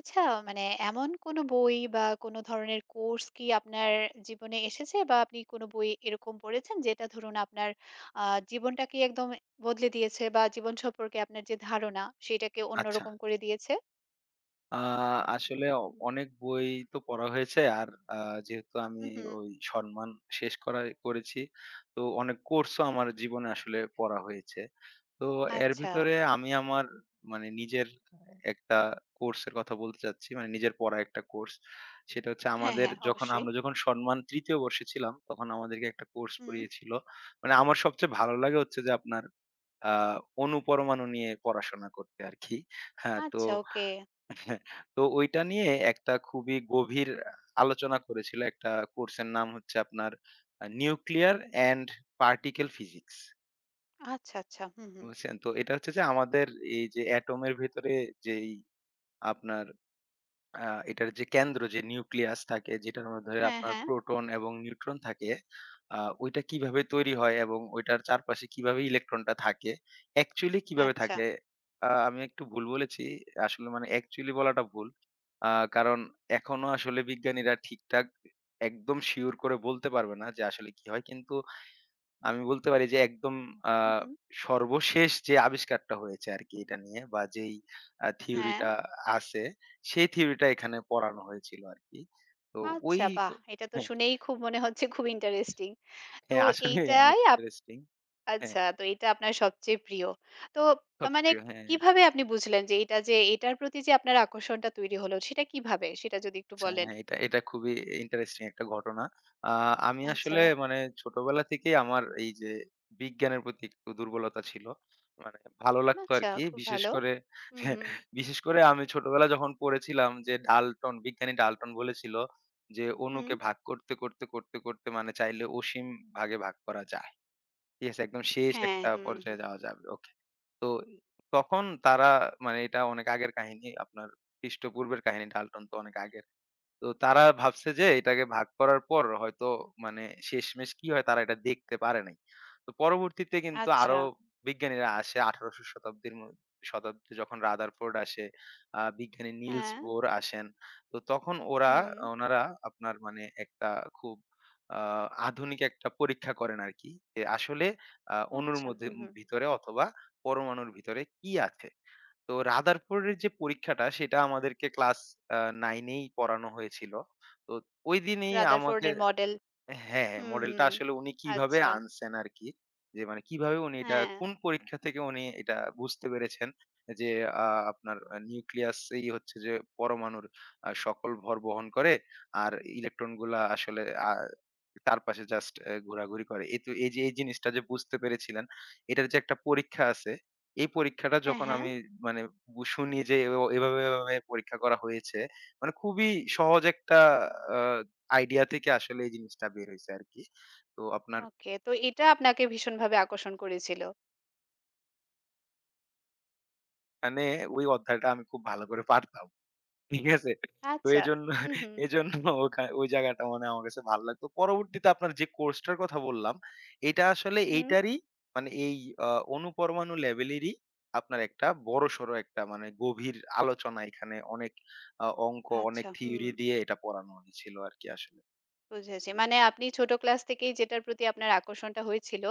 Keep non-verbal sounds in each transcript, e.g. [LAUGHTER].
আচ্ছা, মানে এমন কোনো বই বা কোনো ধরনের কোর্স কি আপনার জীবনে এসেছে বা আপনি কোনো বই এরকম পড়েছেন যেটা ধরুন আপনার জীবনটাকে একদম বদলে দিয়েছে বা জীবন সম্পর্কে আপনার যে ধারণা সেটাকে আচ্ছা। অন্যরকম করে দিয়েছে? আ আসলে অনেক বই তো পড়া হয়েছে। আর আ যেহেতু আমি হুম, হুম। ওই সম্মান শেষ করেছি। তো অনেক কোর্সও আমার জীবনে আসলে পড়া হয়েছে। তো এর আচ্ছা। ভিতরে আমি আমার মানে নিজের একটা কোর্সের কথা বলতে চাচ্ছি। মানে নিজের পড়া একটা কোর্স। সেটা হচ্ছে হ্যাঁ, আমাদের হ্যাঁ, যখন অবশ্যই। আমরা যখন সম্মান ৩য় বর্ষে ছিলাম, তখন আমাদেরকে একটা কোর্স হুম। পড়িয়েছিল। মানে আমার সবচেয়ে ভালো লাগে হচ্ছে যে আপনার আ অণুপরমাণু নিয়ে পড়াশোনা করতে আরকি। হ্যাঁ, তো আচ্ছা, ওকে। হ্যাঁ, তো ওইটা নিয়ে একটা খুবই গভীর আলোচনা করেছিল। একটা কোর্সের নাম হচ্ছে আপনার নিউক্লিয়ার অ্যান্ড পার্টিকেল ফিজিক্স। আচ্ছা, আচ্ছা, হুম, হুম। বুঝছেন? তো এটা হচ্ছে যে আমাদের এই যে এটমের ভেতরে যেই আপনার আ এটার যে কেন্দ্র, যে নিউক্লিয়াস থাকে যেটার মধ্যে হ্যাঁ, আপনার হ্যাঁ। প্রোটন এবং নিউট্রন থাকে, আ ওইটা কিভাবে তৈরি হয় এবং ওইটার চারপাশে কিভাবে ইলেকট্রনটা থাকে? অ্যাকচুয়ালি কিভাবে আচ্ছা, থাকে? আমি একটু ভুল বলেছি। আসলে মানে অ্যাকচুয়ালি বলাটা ভুল। আ কারণ এখনো আসলে বিজ্ঞানীরা ঠিকঠাক একদম সিউর করে বলতে পারবে না যে আসলে কি হয়। কিন্তু আমি বলতে পারি যে একদম আ হুম, হুম। সর্বশেষ যে আবিষ্কারটা হয়েছে আরকি এটা নিয়ে, বা যেই হ্যাঁ। থিওরিটা আছে, সেই থিওরিটা এখানে পড়ানো হয়েছিল আরকি। তো ওই আচ্ছা, ক বাহ, এটা তো হ্যাঁ, শুনেই খুব মনে হচ্ছে খুব ইন্টারেস্টিং। তো হ্যাঁ আসলেই অনেক এইটাই ইন্টারেস্টিং। হ্যাঁ, আচ্ছা, তো এটা আপনার সবচেয়ে প্রিয়। তো সবচেয়ে মানে প্রিয়, হ্যাঁ। কিভাবে আপনি বুঝলেন যে এটা, যে এটার প্রতি যে আপনার আকর্ষণটা তৈরি হলো সেটা কিভাবে? সেটা যদি একটু আচ্ছা, বলেন। হ্যাঁ, এটা এটা খুবই ইন্টারেস্টিং একটা ঘটনা। আ আমি আচ্ছা, আসলে মানে ছোটবেলা থেকেই আমার এই যে বিজ্ঞানের প্রতি একটু দুর্বলতা ছিল। মানে ভালো লাগতো আচ্ছা, আরকি। খুব বিশেষ ভালো। করে হুম, হুম, [LAUGHS] বিশেষ করে আমি ছোটবেলায় যখন পড়েছিলাম যে ডাল্টন, বিজ্ঞানী ডাল্টন বলেছিল যে হুম। অণুকে ভাগ করতে, করতে, করতে, করতে মানে চাইলে অসীম ভাগে ভাগ করা যায়। ঠিক আছে? একদম শেষ হ্যাঁ, একটা হুম, হুম। পর্যায়ে যাওয়া যাবে। ওকে। তো তখন তারা মানে এটা অনেক আগের কাহিনী, আপনার খ্রিস্টপূর্বের কাহিনী। ডাল্টন তো অনেক আগে, তো তারা ভাবছে যে এটাকে ভাগ করার পর হয়তো মানে শেষমেষ কি হয় তারা এটা দেখতে পারে নাই। তো পরবর্তীতে কিন্তু আচ্ছা, আরো বিজ্ঞানীরা আসে ১৮০০ শতাব্দীর শতাব্দী, যখন রাদারফোর্ড আসে, বিজ্ঞানী নিলস হ্যাঁ, বোর আসেন। তো তখন ওরা হুম। ওনারা আপনার মানে একটা খুব আ আধুনিক একটা পরীক্ষা করেন আরকি। যে আসলে অণুর আচ্ছা, মধ্যে হুম, হুম। ভিতরে অথবা পরমাণুর ভিতরে কি আছে? তো রাদারফোর্ডের যে পরীক্ষাটা সেটা আমাদেরকে ক্লাস আ ৯ এই পড়ানো হয়েছিল। তো ঐদিনেই রাদারফোর্ড আমাকে, এর মডেল। হ্যাঁ, হুম, মডেলটা হুম। আসলে উনি কিভাবে আচ্ছা, আনছেন আরকি। যে মানে কিভাবে উনি এটা হ্যাঁ, কোন পরীক্ষা থেকে উনি এটা বুঝতে পেরেছেন যে আ আপনার নিউক্লিয়াসই হচ্ছে যে পরমাণুর সকল ভর বহন করে। আর ইলেকট্রন গুলা আসলে আ চারপাশে জাস্ট এ ঘোরাঘুরি করে। এই তো, এই যে এই জিনিসটা যে বুঝতে পেরেছিলেন, এটার যে একটা পরীক্ষা আছে, এই পরীক্ষাটা হ্যাঁ, যখন হ্যাঁ। আমি মানে শুনি যে এভাবে, এভাবে পরীক্ষা করা হয়েছে। মানে খুবই সহজ একটা আ আইডিয়া থেকে আসলে এই জিনিসটা বের হইছে আরকি। তো আপনার ওকে। তো এটা আপনাকে ভীষণভাবে আকর্ষণ করেছিল। মানে ওই অধ্যায়টা আমি খুব ভালো করে পারতাম। ঠিক আছে? তো আচ্ছা, এজন্য হুম, হুম, এজন্য ওখা ওই জায়গাটা মানে আমার কাছে ভালো লাগতো। পরবর্তীতে আপনার যে কোর্সটার কথা বললাম, এটা আসলে হুম। এইটারই মানে এই আ অণুপরমাণু লেভেলেরই আপনার একটা বড়সড় একটা মানে গভীর আলোচনা, এখানে অনেক অঙ্ক, অনেক আচ্ছা, হুম। থিওরি দিয়ে এটা পড়ানো হয়েছিল আরকি আসলে। বুঝেছি। মানে আপনি ছোট ক্লাস থেকেই যেটার প্রতি আপনার আকর্ষণটা হয়েছিল,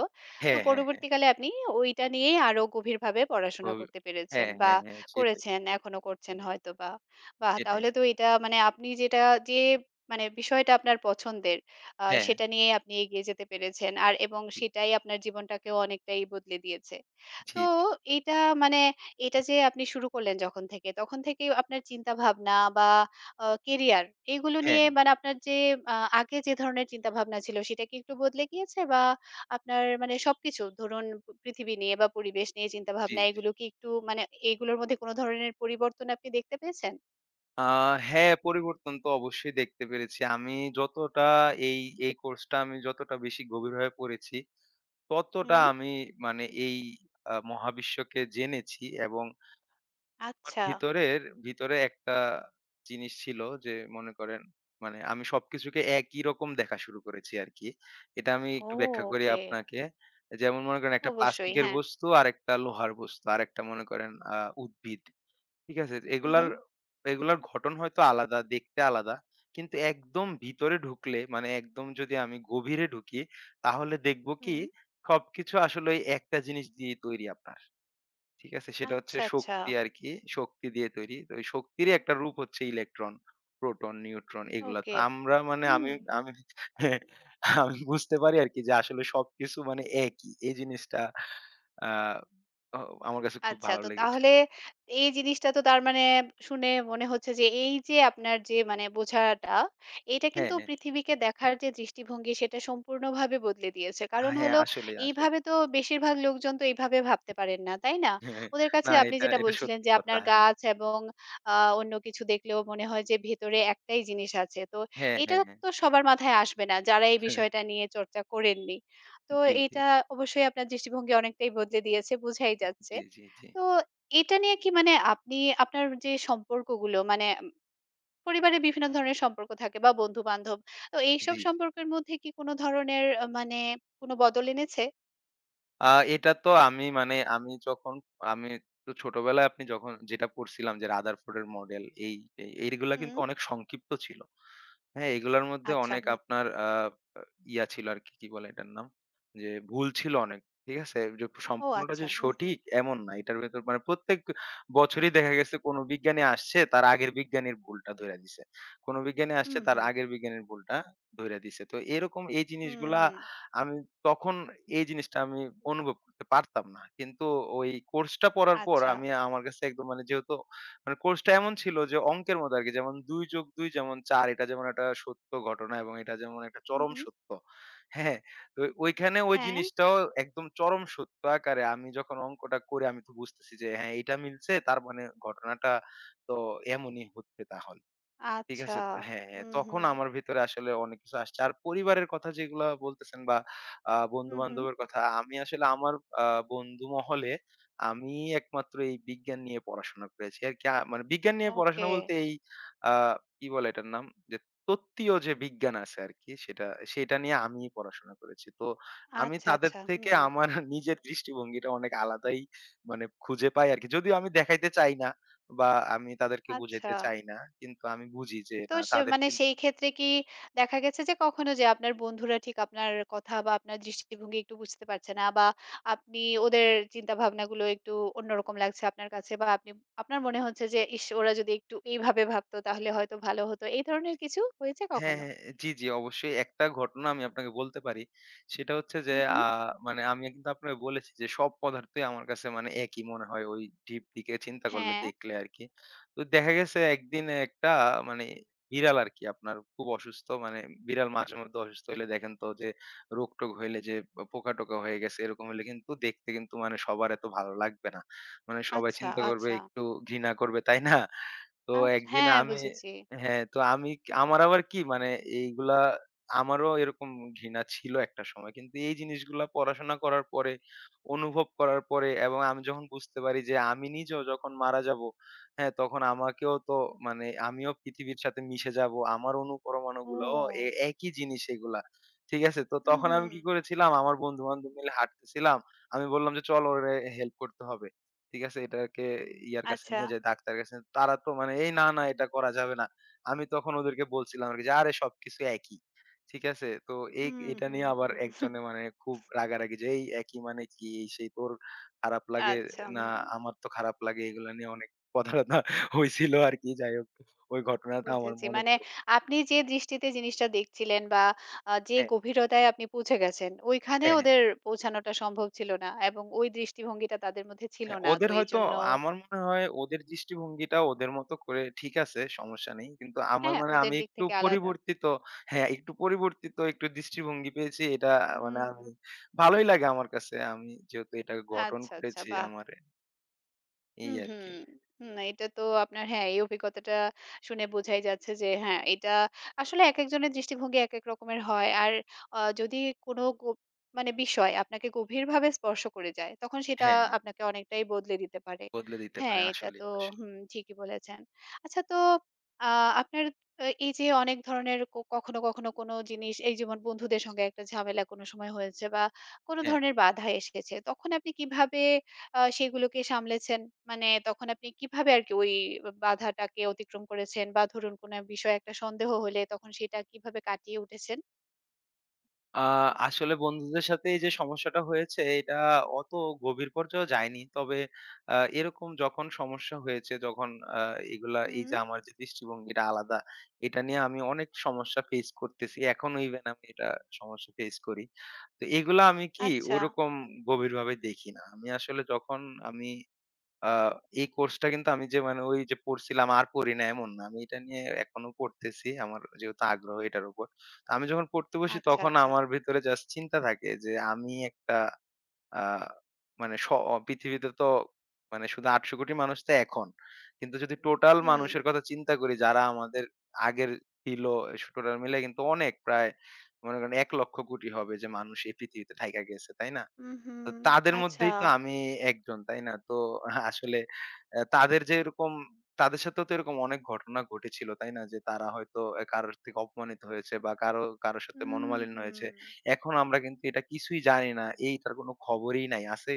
তো হ্যাঁ, হ্যাঁ, হ্যাঁ। পরবর্তীকালে আপনি ওইটা নিয়েই আরো গভীরভাবে পড়াশোনা খুবই, করতে পেরেছেন হ্যাঁ, বা হ্যাঁ, হ্যাঁ। সেটাই, করেছেন, এখনো করছেন সেটাই, হয়তোবা। বাহ! সেটাই। তাহলে তো এটা মানে আপনি যেটা, যে মানে বিষয়টা আপনার পছন্দের, হ্যাঁ, সেটা নিয়েই আপনি এগিয়ে যেতে পেরেছেন। আর এবং জি, সেটাই আপনার জীবনটাকেও অনেকটাই বদলে দিয়েছে। তো জি। এটা মানে এটা যে আপনি শুরু করলেন যখন থেকে, তখন থেকেই আপনার চিন্তাভাবনা বা কেরিয়ার এগুলো নিয়ে হ্যাঁ, মানে আপনার যে আ আগে যে ধরনের চিন্তাভাবনা ছিল সেটা কি একটু বদলে গিয়েছে? বা আপনার মানে সবকিছু, ধরুন পৃথিবী নিয়ে বা পরিবেশ নিয়ে জি, চিন্তাভাবনা, জি। এগুলো কি একটু মানে এগুলোর মধ্যে কোন ধরনের পরিবর্তন আপনি দেখতে পেয়েছেন? আ হ্যাঁ, পরিবর্তন তো অবশ্যই দেখতে পেরেছি। আমি যতটা এই, এই কোর্সটা আমি যতটা বেশি গভীরভাবে পড়েছি, ততটা হুম। আমি মানে এই মহাবিশ্বকে জেনেছি এবং আমার আচ্ছা। ভিতরে একটা জিনিস ছিল যে মনে করেন মানে আমি সবকিছুকে একই রকম দেখা শুরু করেছি আরকি। এটা আমি ও, একটু ব্যাখ্যা করি ওকে। আপনাকে। যেমন মনে করেন একটা অবশ্যই প্লাস্টিকের হ্যাঁ। বস্তু, আরেকটা লোহার বস্তু, আরেকটা মনে করেন উদ্ভিদ। ঠিক আছে। উহু, এগুলার, হুম। এগুলার ঘটন হয়তো আলাদা, দেখতে আলাদা। কিন্তু একদম ভিতরে ঢুকলে মানে একদম যদি আমি গভীরে ঢুকি তাহলে দেখব কি হুম, সবকিছু আসলে ওই একটা জিনিস দিয়েই তৈরি আপনার। ঠিক আছে? সেটা হচ্ছে আচ্ছা, আচ্ছা। শক্তি আরকি। শক্তি দিয়ে তৈরি। তো ওই শক্তিরই একটা রূপ হচ্ছে ইলেকট্রন, প্রোটন, নিউট্রন এগুলা। তো ওকে। আমরা মানে হুম। আমি আমি [LAUGHS] আমি বুঝতে পারি আরকি যে আসলে সবকিছু মানে একই। এই জিনিসটা আ অ আমার কাছে খুব আচ্ছা, ভালো তো লেগেছিল। তাহলে এই জিনিসটা তো তার মানে শুনে মনে হচ্ছে যে এই যে আপনার যে মানে বোঝাটা, এইটা হ্যাঁ, কিন্তু হ্যাঁ। পৃথিবীকে দেখার যে দৃষ্টিভঙ্গি সেটা সম্পূর্ণভাবে বদলে দিয়েছে। কারণ হ্যাঁ, হলো, আসলেই, আসলেই। এইভাবে তো বেশিরভাগ লোকজন তো এইভাবে ভাবতে পারেন না, তাই না? হ্যাঁ, ওদের কাছে না, আপনি এটা যেটা এটা বলছিলেন সত্যি যে কথা। আপনার হ্যাঁ, গাছ এবং আ অন্য কিছু দেখলেও মনে হয় যে ভেতরে একটাই জিনিস আছে। তো হ্যাঁ, এইটা হ্যাঁ, হ্যাঁ। তো সবার মাথায় আসবে না যারা এই হ্যাঁ, বিষয়টা নিয়ে চর্চা করেননি। তো জি, জি, এইটা অবশ্যই আপনার দৃষ্টিভঙ্গি অনেকটাই বদলে দিয়েছে, বোঝাই যাচ্ছে। জি, জি, জি, তো এটা নিয়ে কি মানে আপনি আপনার যে সম্পর্কগুলো মানে পরিবারে বিভিন্ন ধরনের সম্পর্ক থাকে বা বন্ধু-বান্ধব। তো এইসব জি। সম্পর্কের মধ্যে কি কোনো ধরনের মানে কোনো বদল এনেছে? আ এটা তো আমি মানে আমি যখন, আমি তো ছোটবেলায় আপনি যখন যেটা পড়ছিলাম যে রাদারফোর্ড এর মডেল, এই এই এইগুলা কিন্তু হুম, অনেক সংক্ষিপ্ত ছিল। হ্যাঁ, এগুলার মধ্যে আচ্ছা, অনেক হুম। আপনার আ আ ইয়া ছিল আরকি, কি কি বলে এটার নাম? যে ভুল ছিল অনেক। ঠিক আছে? যে ও, সম্পূর্ণটা আচ্ছা। যে হুম, হুম। সঠিক এমন না। এটার ভেতর মানে প্রত্যেক বছরই দেখা গেছে কোন বিজ্ঞানী আসছে তার আগের বিজ্ঞানীর ভুলটা ধইরা দিছে। কোন বিজ্ঞানী হুম, আসছে তার হুম। আগের বিজ্ঞানীর ভুলটা ধইরা দিছে। তো এরকম এই হুম, জিনিসগুলা হুম। আমি তখন, এই জিনিসটা আমি অনুভব করতে পারতাম না। কিন্তু ওই কোর্সটা পড়ার পর আচ্ছা। আমি, আমার কাছে একদম মানে যেহেতু মানে কোর্সটা এমন ছিল যে অঙ্কের মতো আরকি, যেমন ২+২ যেমন ৪, এটা যেমন একটা সত্য ঘটনা এবং এটা যেমন একটা হুম, চরম হুম। সত্য। হ্যাঁ? তো ওইখানে ওই হ্যাঁ, জিনিসটাও একদম চরম সত্য আকারে আমি যখন অঙ্কটা করে আমি তো বুঝতেছি যে হ্যাঁ, এটা মিলছে, তার মানে ঘটনাটা তো এমনই হচ্ছে তাহলে। ঠিক আচ্ছা। আছে। তো হ্যাঁ, হ্যাঁ। হুম, তখন হুম। আমার ভেতরে আসলে অনেক কিছু আসছে। আর পরিবারের কথা যেগুলা বলতেছেন বা হুম, হুম। বন্ধু-বান্ধবের কথা, আমি আসলে আমার আ বন্ধু মহলে আমি একমাত্র এই বিজ্ঞান নিয়ে পড়াশোনা করেছি। আর কি মানে বিজ্ঞান নিয়ে পড়াশোনা ওকে। বলতে এই আ কি বলে এটার নাম? যে তত্ত্বীয় যে বিজ্ঞান আছে আরকি, সেটা নিয়ে আমি পড়াশোনা করেছি। তো আমি আচ্ছা, তাদের আচ্ছা। থেকে হুম। আমার নিজের দৃষ্টিভঙ্গিটা অনেক আলাদাই মানে খুঁজে পাই আরকি। যদিও আমি দেখাইতে চাই না। বা আমি তাদেরকে আচ্ছা। বুঝাইতে চাই না। কিন্তু আমি বুঝি যে তো না সে তাদের মানে চিন্তা, সেই ক্ষেত্রে কি দেখা গেছে যে কখনো, যে আপনার বন্ধুরা ঠিক আপনার কথা বা আপনার দৃষ্টিভঙ্গি একটু বুঝতে পারছে না, বা আপনি ওদের চিন্তা ভাবনাগুলো একটু অন্যরকম লাগছে আপনার কাছে, বা আপনি আপনার মনে হচ্ছে যে ইস, ওরা যদি একটু এইভাবে ভাবতো তাহলে হয়তো ভালো হতো, এই ধরনের কিছু হয়েছে হ্যাঁ, কখনো? হ্যাঁ। জি, জি, অবশ্যই একটা ঘটনা আমি আপনাকে বলতে পারি। সেটা হচ্ছে যে হুম, হুম। মানে আমি কিন্তু আপনাকে বলেছি যে সব পদার্থই আমার কাছে মানে একই মনে হয় ওই ডিপ দিকে চিন্তা করলে হ্যাঁ। দেখলে আরকি। তো দেখা গেছে একদিন একটা মানে বিড়াল আরকি আপনার খুব অসুস্থ, মানে বিড়াল মাঝেমধ্যে অসুস্থ হইলে দেখেন তো যে রোগ-টোগ হইলে, যে পোকা-টোকা হয়ে গেছে এরকম হইলে কিন্তু দেখতে কিন্তু মানে সবার এত ভালো লাগবে না। মানে সবাই আচ্ছা, চিন্তা করবে, আচ্ছা। একটু ঘৃণা করবে, তাই না? তো আচ্ছা, একদিন হ্যাঁ, আমি, বুঝেছি। হ্যাঁ, তো আমি, আমার আবার কি মানে, এইগুলা আমারও এরকম ঘৃণা ছিল একটা সময়। কিন্তু এই জিনিসগুলা পড়াশোনা করার পরে, অনুভব করার পরে, এবং আমি যখন বুঝতে পারি যে আমি নিজেও যখন মারা যাবো, হ্যাঁ, তখন আমাকেও তো মানে আমিও পৃথিবীর সাথে মিশে যাবো। আমার অণুপরমাণুগুলাও ও, একই জিনিস এগুলা। ঠিক আছে? তো হুম, তখন হুম। আমি কি করেছিলাম, আমার বন্ধু-বান্ধব মিলে হাঁটতেছিলাম। আমি বললাম যে, "চল ওরে হেল্প করতে হবে।" ঠিক আছে? এটাকে ইয়ার কাছে আচ্ছা, নিয়ে যাই, ডাক্তারের কাছে। তারা তো মানে, "এই না, না, এটা করা যাবে না।" আমি তখন ওদেরকে বলছিলাম আরকি যে, "আরে সবকিছু একই।" ঠিক আছে? তো হুম, এটা হুম। নিয়ে আবার হুম। [LAUGHS] একজনে মানে খুব রাগারাগি যে, "এই একই মানে কি? এই সেই, তোর খারাপ লাগে আচ্ছা, না, হুম। আমার তো খারাপ লাগে।" এগুলা নিয়ে অনেক কথা-টথা হইছিল আরকি। যাই হোক, ওই ঘটনাটা আমার বুঝেছি। মনে মানে পড়ে। আপনি যে দৃষ্টিতে জিনিসটা দেখছিলেন বা যে হ্যাঁ, গভীরতায় আপনি পৌঁছে গেছেন, ওইখানে হ্যাঁ, হ্যাঁ। ওদের পৌঁছানোটা সম্ভব ছিল না এবং ওই দৃষ্টিভঙ্গিটা তাদের মধ্যে ছিল হ্যাঁ, না। তো ওদের হয়তো, এইজন্য আমার মনে হয় ওদের দৃষ্টিভঙ্গিটা ওদের মতো করে ঠিক আছে, সমস্যা নেই। কিন্তু আমার হ্যাঁ, মানে ওদের আমি দিক একটু থেকে আলাদা। পরিবর্তিত, হ্যাঁ, একটু পরিবর্তিত একটু দৃষ্টিভঙ্গি পেয়েছি। এটা মানে হুম। আমি, ভালোই লাগে আমার কাছে। আমি যেহেতু এটা গঠন আচ্ছা, আচ্ছা। করেছি বাহ! আমার, এই হুম, হুম। আরকি। না, এটা তো আপনার হ্যাঁ, এই অভিজ্ঞতাটা শুনে বোঝাই যাচ্ছে যে হ্যাঁ, এটা আসলে একেকজনের দৃষ্টিভঙ্গি একেক রকমের হয়। আর যদি কোনো মানে বিষয় আপনাকে গভীরভাবে স্পর্শ করে যায়, তখন সেটা হ্যাঁ, হ্যাঁ, আপনাকে অনেকটাই বদলে দিতে পারে। বদলে দিতে হ্যাঁ, পারে এটা তো আসলেই, আসলেই। হুম, ঠিকই বলেছেন। আচ্ছা, তো আ আপনার এই যে অনেক ধরনের কখনো, কখনো কোনো জিনিস, এই যেমন বন্ধুদের সঙ্গে একটা ঝামেলা কোনো সময় হয়েছে বা কোনো হ্যাঁ। ধরনের বাধা এসেছে, তখন আপনি কিভাবে সেগুলোকে সামলেছেন? মানে তখন আপনি কিভাবে আরকি ওই বাধাটাকে অতিক্রম করেছেন? বা ধরুন কোনো বিষয়ে একটা সন্দেহ হলে তখন সেটা কিভাবে কাটিয়ে উঠেছেন? আ আসলে বন্ধুদের সাথে এই যে সমস্যাটা হয়েছে, এটা অত গভীর পর্যায়েও যায়নি। তবে এরকম যখন সমস্যা হয়েছে, যখন আ এগুলা, এই হুম, যে আমার যে দৃষ্টিভঙ্গিটা আলাদা, এটা নিয়ে আমি অনেক সমস্যা ফেস করতেছি। এখনো ইভেন আমি এটা সমস্যা ফেস করি। তো এগুলা আমি কি আচ্ছা, ওরকম গভীরভাবে দেখি না। আমি আসলে যখন আমি আ এই কোর্সটা কিন্তু আমি যে মানে ওই যে পড়ছিলাম আর পড়ি না এমন না। আমি এটা নিয়ে এখনো পড়তেছি। আমার যেহেতু আগ্রহ এটার উপর। তো আমি যখন পড়তে বসি আচ্ছা, তখন আচ্ছা। আমার ভেতরে জাস্ট চিন্তা থাকে যে আমি একটা আ মানে পৃথিবীতে তো মানে শুধু ৮০০ কোটি মানুষ তো এখন। কিন্তু যদি টোটাল হুম, মানুষের কথা চিন্তা করি যারা আমাদের আগের ছিল, টোটাল মিলে কিন্তু অনেক, প্রায় মনে করেন ১ লক্ষ কোটি হবে যে মানুষ এই পৃথিবীতে থাইকা গেছে, তাই না? উহু, তো তাদের আচ্ছা। মধ্যেই তো আমি একজন, তাই না? তো আসলে তাদের যে এরকম, তাদের সাথেও তো এরকম অনেক ঘটনা ঘটেছিল, তাই না? যে তারা হয়তো কারোর থেকে অপমানিত হয়েছে বা কারো সাথে মনোমালিন্য উহু। হয়েছে। এখন আমরা কিন্তু এটা কিছুই জানি না। এইটার কোনো খবরই নাই। আছে?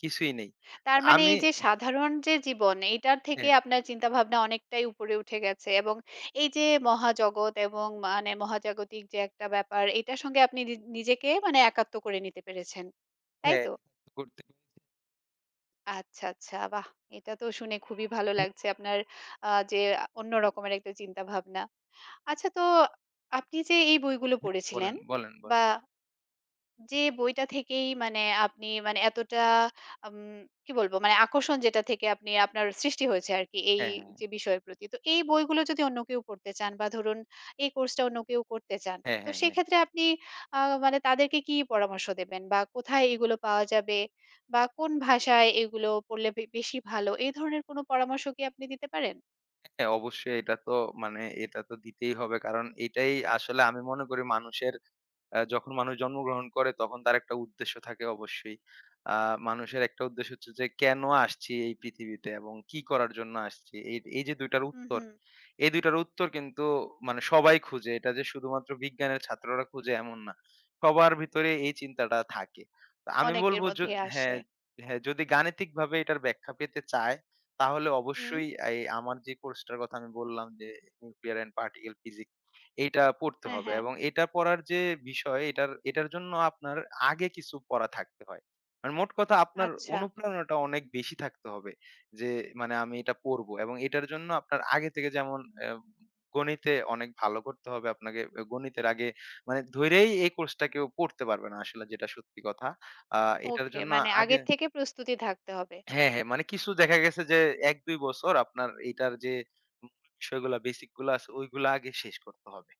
কিছুই নেই। তার মানে আমি, এই যে সাধারণ যে জীবন এইটার থেকে হ্যাঁ, আপনার চিন্তাভাবনা অনেকটাই উপরে উঠে গেছে, এবং এই যে মহাজগৎ এবং মানে মহাজাগতিক যে একটা ব্যাপার, এটার সঙ্গে আপনি নিজেকে মানে একাত্ম করে নিতে পেরেছেন। তাই হ্যাঁ, তো? করতে, আচ্ছা, আচ্ছা। বাহ! এটা তো শুনে খুবই ভালো হ্যাঁ, লাগছে আপনার যে অন্য রকমের একটা চিন্তাভাবনা। আচ্ছা, তো আপনি যে এই বইগুলো হ্যাঁ, পড়েছিলেন বলেন, বলেন, বলেন। বা যে বইটা থেকেই মানে আপনি মানে এতটা উম কি বলবো? মানে আকর্ষণ যেটা থেকে আপনি আপনার সৃষ্টি হয়েছে আরকি এই হ্যাঁ, হ্যাঁ, যে বিষয়ের প্রতি। তো এই বইগুলো যদি অন্য কেউ পড়তে চান বা ধরুন এই কোর্সটা অন্য কেউ করতে চান, হ্যাঁ, তো হ্যাঁ, হ্যাঁ, সেক্ষেত্রে আপনি আ মানে তাদেরকে কি পরামর্শ দেবেন? বা কোথায় এগুলো পাওয়া যাবে? বা কোন ভাষায় এগুলো পড়লে বেশি ভালো? এই ধরনের কোনো পরামর্শ কি আপনি দিতে পারেন? হ্যাঁ, অবশ্যই এটা তো মানে এটা তো দিতেই হবে। কারণ এটাই আসলে আমি মনে করি মানুষের, যখন মানুষ জন্মগ্রহণ করে তখন তার একটা উদ্দেশ্য থাকে অবশ্যই। আ মানুষের একটা উদ্দেশ্য হচ্ছে যে কেন আসছি এই পৃথিবীতে এবং কি করার জন্য আসছি। এই এই যে ২ টার হুম, উত্তর, হুম। এই ২ টার উত্তর কিন্তু মানে সবাই খুঁজে। এটা যে শুধুমাত্র বিজ্ঞানের ছাত্ররা খুঁজে এমন না। সবার ভিতরে এই চিন্তাটা থাকে। তো আমি অনেকের বলব মধ্যে হ্যাঁ, আসে। হ্যাঁ, যদি গাণিতিকভাবে এটার ব্যাখ্যা পেতে চায় তাহলে হুম। অবশ্যই এই আমার যে কোর্সটার কথা আমি বললাম যে নিউক্লিয়ার অ্যান্ড পার্টিকেল ফিজিক্স, এইটা পড়তে হ্যাঁ, হবে হ্যাঁ। এবং এটা পড়ার যে বিষয়, এটার এটার জন্য আপনার আগে কিছু পড়া থাকতে হয়। মানে মোট কথা আপনার আচ্ছা। অনুপ্রেরণাটা অনেক বেশি থাকতে হবে। যে মানে আমি এটা পড়বো এবং এটার জন্য আপনার আগে থেকে যেমন গণিতে অনেক ভালো করতে হবে আপনাকে। গণিতের আগে মানে ধইরেই এই কোর্সটা কেউ পড়তে পারবে না আসলে, যেটা সত্যি কথা। আ এটার ওকে। জন্য মানে আগে, আগের থেকে প্রস্তুতি থাকতে হবে। হ্যাঁ, হ্যাঁ, মানে কিছু দেখা গেছে যে ১-২ বছর আপনার এটার যে মূল বিষয়গুলা, বেসিক গুলা আছে, ওইগুলা আগে শেষ করতে হবে।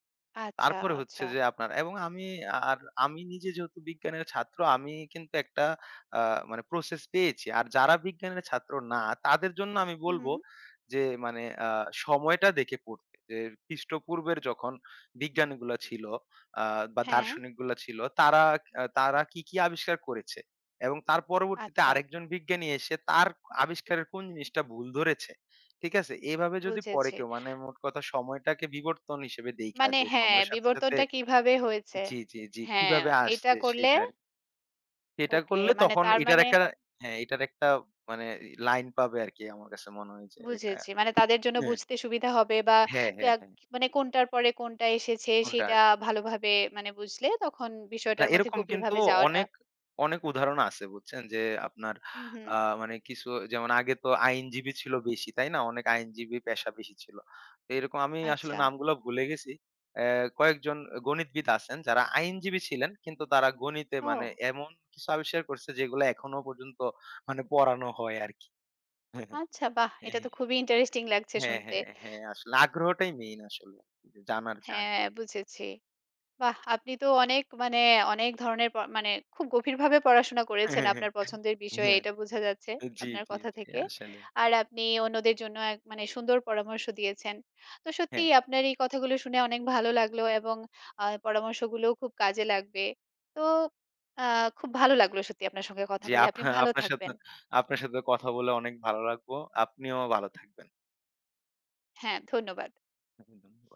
আচ্ছা, তারপরে হচ্ছে আচ্ছা। যে আপনার, এবং আমি, আর আমি নিজে যেহেতু বিজ্ঞানের ছাত্র, আমি কিন্তু একটা মানে প্রসেস পেয়েছি। আর যারা বিজ্ঞানের ছাত্র না, তাদের জন্য আমি বলবো হুম, যে মানে সময়টা দেখে পড়তে, যে খ্রিস্টপূর্বের যখন বিজ্ঞানীগুলো ছিল, বা হ্যাঁ, দার্শনিকগুলো ছিল, তারা কি কি আবিষ্কার করেছে এবং তার পরবর্তীতে আচ্ছা, আরেকজন বিজ্ঞানী এসে তার আবিষ্কারের কোন জিনিসটা ভুল ধরেছে। ঠিক আছে? এভাবে যদি পড়ে বুঝেছি। কেউ, মানে মোট কথা সময়টাকে বিবর্তন হিসেবে দেইখা, মানে যে হ্যাঁ, সময়ের সাথে, সাথে, বিবর্তনটা কিভাবে হয়েছে? জি, জি, জি, হ্যাঁ, কিভাবে এটা আসছে করলে সেটা আরকি। সেটা ওকে। করলে মানে তখন তার এটার মানে একটা, হ্যাঁ, এটার একটা মানে লাইন পাবে আরকি, আমার কাছে মনে হয় যে এটা, বুঝেছি। মানে তাদের জন্য হ্যাঁ। বুঝতে সুবিধা হবে, বা হ্যাঁ, ক্যা হ্যাঁ, হ্যাঁ। মানে কোনটার পরে কোনটা এসেছে কোনটা, সেটা ভালোভাবে মানে বুঝলে তখন না বিষয়টার মধ্যে এরকম কিন্তু গভীরভাবে যাওয়াটা। অনেক, অনেক উদাহরণ আছে, বুঝছেন? যে আপনার হুম, হুম। আ মানে কিছু যেমন আগে তো আইনজীবী ছিল বেশি, তাই না? অনেক আইনজীবী পেশা বেশি ছিল। তো এরকম আমি আসলে আচ্ছা। নামগুলা ভুলে গেছি। অ্যা কয়েকজন গণিতবিদ আছেন যারা আইনজীবী ছিলেন কিন্তু তারা গণিতে মানে ও, এমন কিছু আবিষ্কার করছে যেগুলো এখনো পর্যন্ত মানে পড়ানো হয় আরকি। [LAUGHS] আচ্ছা, বাহ! এটা তো খুবই ইন্টারেস্টিং লাগছে হ্যাঁ, শুনতে। হ্যাঁ, হ্যাঁ, আসলে আগ্রহটাই মেইন আসলে। জানার যে হ্যাঁ, আগ্রহ। বুঝেছি। বাহ! আপনি তো অনেক মানে অনেক ধরনের মানে খুব গভীরভাবে পড়াশোনা [LAUGHS] হ্যাঁ, করেছেন হ্যাঁ, আপনার পছন্দের বিষয়ে, হ্যাঁ। এটা বোঝা যাচ্ছে জি, আপনার জি, কথা জি, থেকে। আসলেই। আর আপনি অন্যদের জন্য মানে সুন্দর পরামর্শ দিয়েছেন। তো হ্যাঁ। সত্যিই আপনার এই কথাগুলো শুনে অনেক ভালো লাগলো এবং পরামর্শগুলোও খুব কাজে লাগবে। তো আ খুব ভালো লাগলো সত্যি আপনার সঙ্গে কথা জি, বলে। আপনি ভালো আপনার সাথে থাকবেন। আপনার সাথে কথা বলে অনেক ভালো লাগবো। আপনিও ভালো থাকবেন। হ্যাঁ, ধন্যবাদ। একদম।